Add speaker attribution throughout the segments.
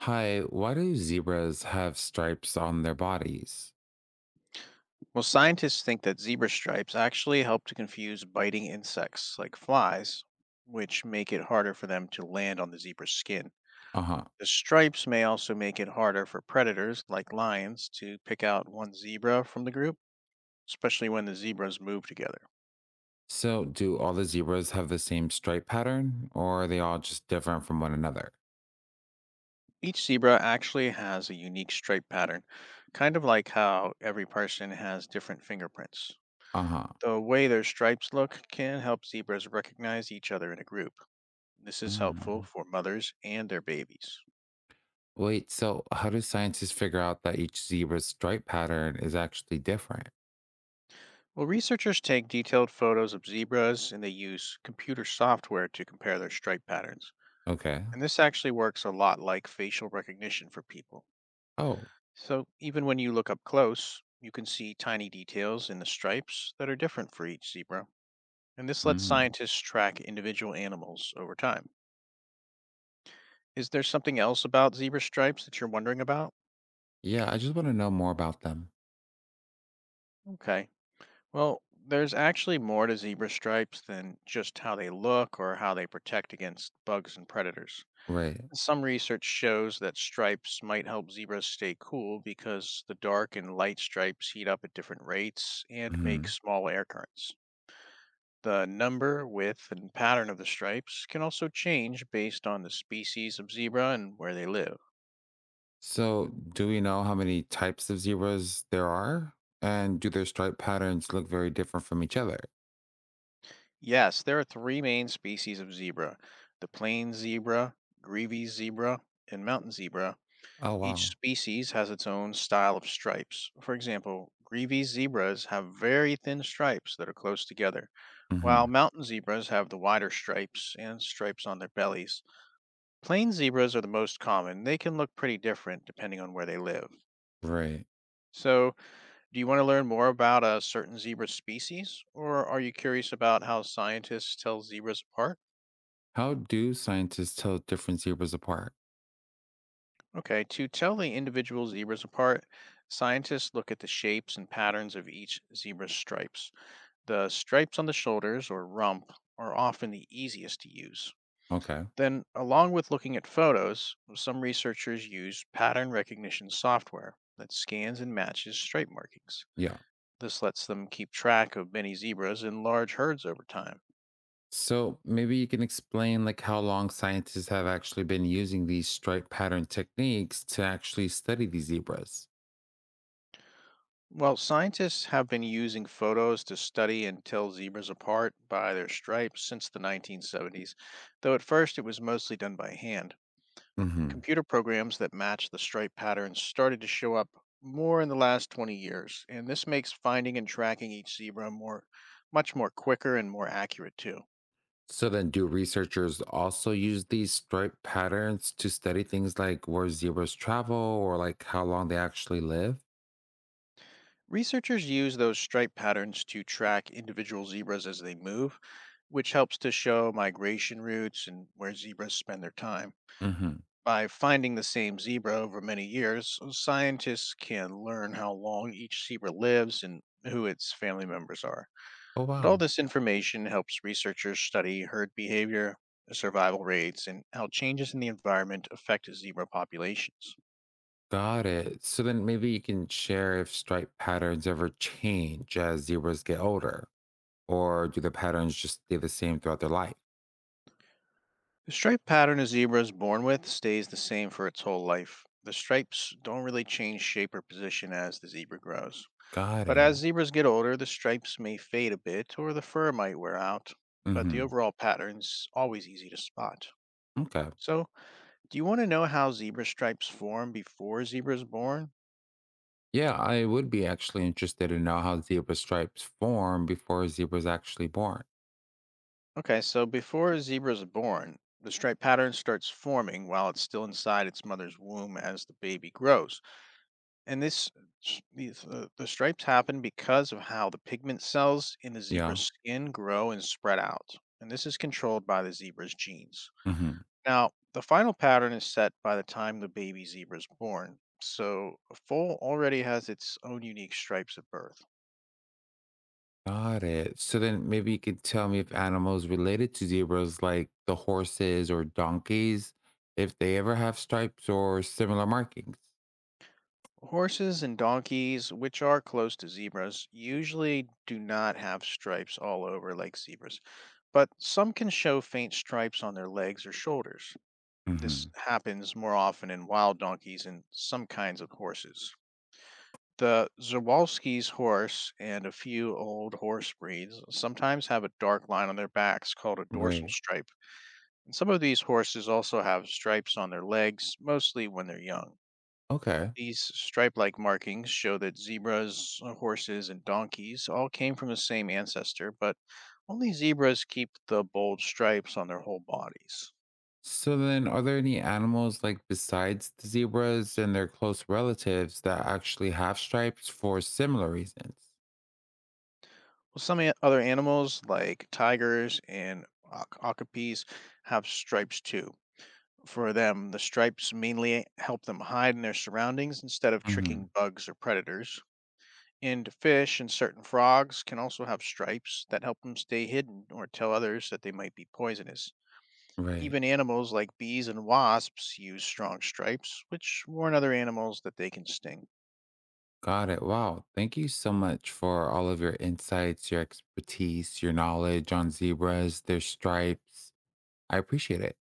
Speaker 1: Hi, why do zebras have stripes on their bodies?
Speaker 2: Well, scientists think that zebra stripes actually help to confuse biting insects like flies, which make it harder for them to land on the zebra's skin.
Speaker 1: Uh huh.
Speaker 2: The stripes may also make it harder for predators like lions to pick out one zebra from the group, especially when the zebras move together.
Speaker 1: So, do all the zebras have the same stripe pattern, or are they all just different from one another?
Speaker 2: Each zebra actually has a unique stripe pattern, kind of like how every person has different fingerprints.
Speaker 1: Uh huh.
Speaker 2: The way their stripes look can help zebras recognize each other in a group. This is helpful
Speaker 1: Mm.
Speaker 2: for mothers and their babies.
Speaker 1: Wait, so how do scientists figure out that each zebra's stripe pattern is actually different?
Speaker 2: Well, researchers take detailed photos of zebras and they use computer software to compare their stripe patterns.
Speaker 1: Okay.
Speaker 2: And this actually works a lot like facial recognition for people.
Speaker 1: Oh.
Speaker 2: So even when you look up close, you can see tiny details in the stripes that are different for each zebra. And this lets
Speaker 1: Mm.
Speaker 2: scientists track individual animals over time. Is there something else about zebra stripes that you're wondering about?
Speaker 1: Yeah, I just want to know more about them.
Speaker 2: Okay. Well, there's actually more to zebra stripes than just how they look or how they protect against bugs and predators.
Speaker 1: Right.
Speaker 2: Some research shows that stripes might help zebras stay cool because the dark and light stripes heat up at different rates and make
Speaker 1: Hmm.
Speaker 2: small air currents. The number, width, and pattern of the stripes can also change based on the species of zebra and where they live.
Speaker 1: So, do we know how many types of zebras there are? And do their stripe patterns look very different from each other?
Speaker 2: Yes, there are three main species of zebra: the plain zebra, grevy's zebra, and mountain zebra.
Speaker 1: Oh,
Speaker 2: Each
Speaker 1: wow.
Speaker 2: species has its own style of stripes. For example, greavy zebras have very thin stripes that are close together, while
Speaker 1: Hmm.
Speaker 2: mountain zebras have the wider stripes and stripes on their bellies. Plain zebras are the most common. They can look pretty different depending on where they live.
Speaker 1: Right.
Speaker 2: So, do you want to learn more about a certain zebra species, or are you curious about how scientists tell zebras apart?
Speaker 1: How do scientists tell different zebras apart?
Speaker 2: Okay, to tell the individual zebras apart, scientists look at the shapes and patterns of each zebra's stripes. The stripes on the shoulders or rump are often the easiest to use.
Speaker 1: Okay.
Speaker 2: Then, along with looking at photos, some researchers use pattern recognition software that scans and matches stripe markings.
Speaker 1: Yeah.
Speaker 2: This lets them keep track of many zebras in large herds over time.
Speaker 1: So maybe you can explain like how long scientists have actually been using these stripe pattern techniques to actually study these zebras.
Speaker 2: Well, scientists have been using photos to study and tell zebras apart by their stripes since the 1970s, though at first it was mostly done by hand.
Speaker 1: Hmm.
Speaker 2: Computer programs that match the stripe patterns started to show up more in the last 20 years, and this makes finding and tracking each zebra more much more quicker and more accurate too.
Speaker 1: So then, do researchers also use these stripe patterns to study things like where zebras travel or like how long they actually live?
Speaker 2: Researchers use those stripe patterns to track individual zebras as they move, which helps to show migration routes and where zebras spend their time.
Speaker 1: Hmm.
Speaker 2: By finding the same zebra over many years, scientists can learn how long each zebra lives and who its family members are.
Speaker 1: Oh
Speaker 2: And all
Speaker 1: wow.
Speaker 2: this information helps researchers study herd behavior, survival rates, and how changes in the environment affect zebra populations.
Speaker 1: Got it. So then maybe you can share if stripe patterns ever change as zebras get older. Or do the patterns just stay the same throughout their life?
Speaker 2: The stripe pattern a zebra is born with stays the same for its whole life. The stripes don't really change shape or position as the zebra grows.
Speaker 1: Got
Speaker 2: But as
Speaker 1: it.
Speaker 2: zebras get older, the stripes may fade a bit or the fur might wear out, but the
Speaker 1: Hmm.
Speaker 2: overall pattern's always easy to spot.
Speaker 1: Okay.
Speaker 2: So, do you want to know how zebra stripes form before a zebra is born?
Speaker 1: Yeah, I would be actually interested to know how zebra stripes form before a zebra is actually born.
Speaker 2: Okay, so before a zebra is born, the stripe pattern starts forming while it's still inside its mother's womb as the baby grows. And the stripes happen because of how the pigment cells in the
Speaker 1: Yeah.
Speaker 2: zebra's skin grow and spread out. And this is controlled by the zebra's genes.
Speaker 1: Hmm.
Speaker 2: Now, the final pattern is set by the time the baby zebra is born. So a foal already has its own unique stripes at birth.
Speaker 1: Got it. So then maybe you could tell me if animals related to zebras, like the horses or donkeys, if they ever have stripes or similar markings.
Speaker 2: Horses and donkeys, which are close to zebras, usually do not have stripes all over like zebras, but some can show faint stripes on their legs or shoulders. This
Speaker 1: Hmm.
Speaker 2: happens more often in wild donkeys and some kinds of horses. The Zawalski's horse and a few old horse breeds sometimes have a dark line on their backs called a dorsal
Speaker 1: Right.
Speaker 2: stripe. And some of these horses also have stripes on their legs, mostly when they're young.
Speaker 1: Okay.
Speaker 2: These stripe like markings show that zebras, horses, and donkeys all came from the same ancestor, but only zebras keep the bold stripes on their whole bodies.
Speaker 1: So then, are there any animals like besides the zebras and their close relatives that actually have stripes for similar reasons?
Speaker 2: Well, other animals, like tigers and okapis, have stripes too. For them, the stripes mainly help them hide in their surroundings instead of
Speaker 1: Hmm.
Speaker 2: tricking bugs or predators. And fish and certain frogs can also have stripes that help them stay hidden or tell others that they might be poisonous.
Speaker 1: Right.
Speaker 2: Even animals like bees and wasps use strong stripes, which warn other animals that they can sting.
Speaker 1: Got it. Wow. Thank you so much for all of your insights, your expertise, your knowledge on zebras, their stripes. I appreciate it.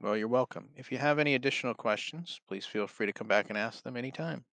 Speaker 2: Well, you're welcome. If you have any additional questions, please feel free to come back and ask them anytime.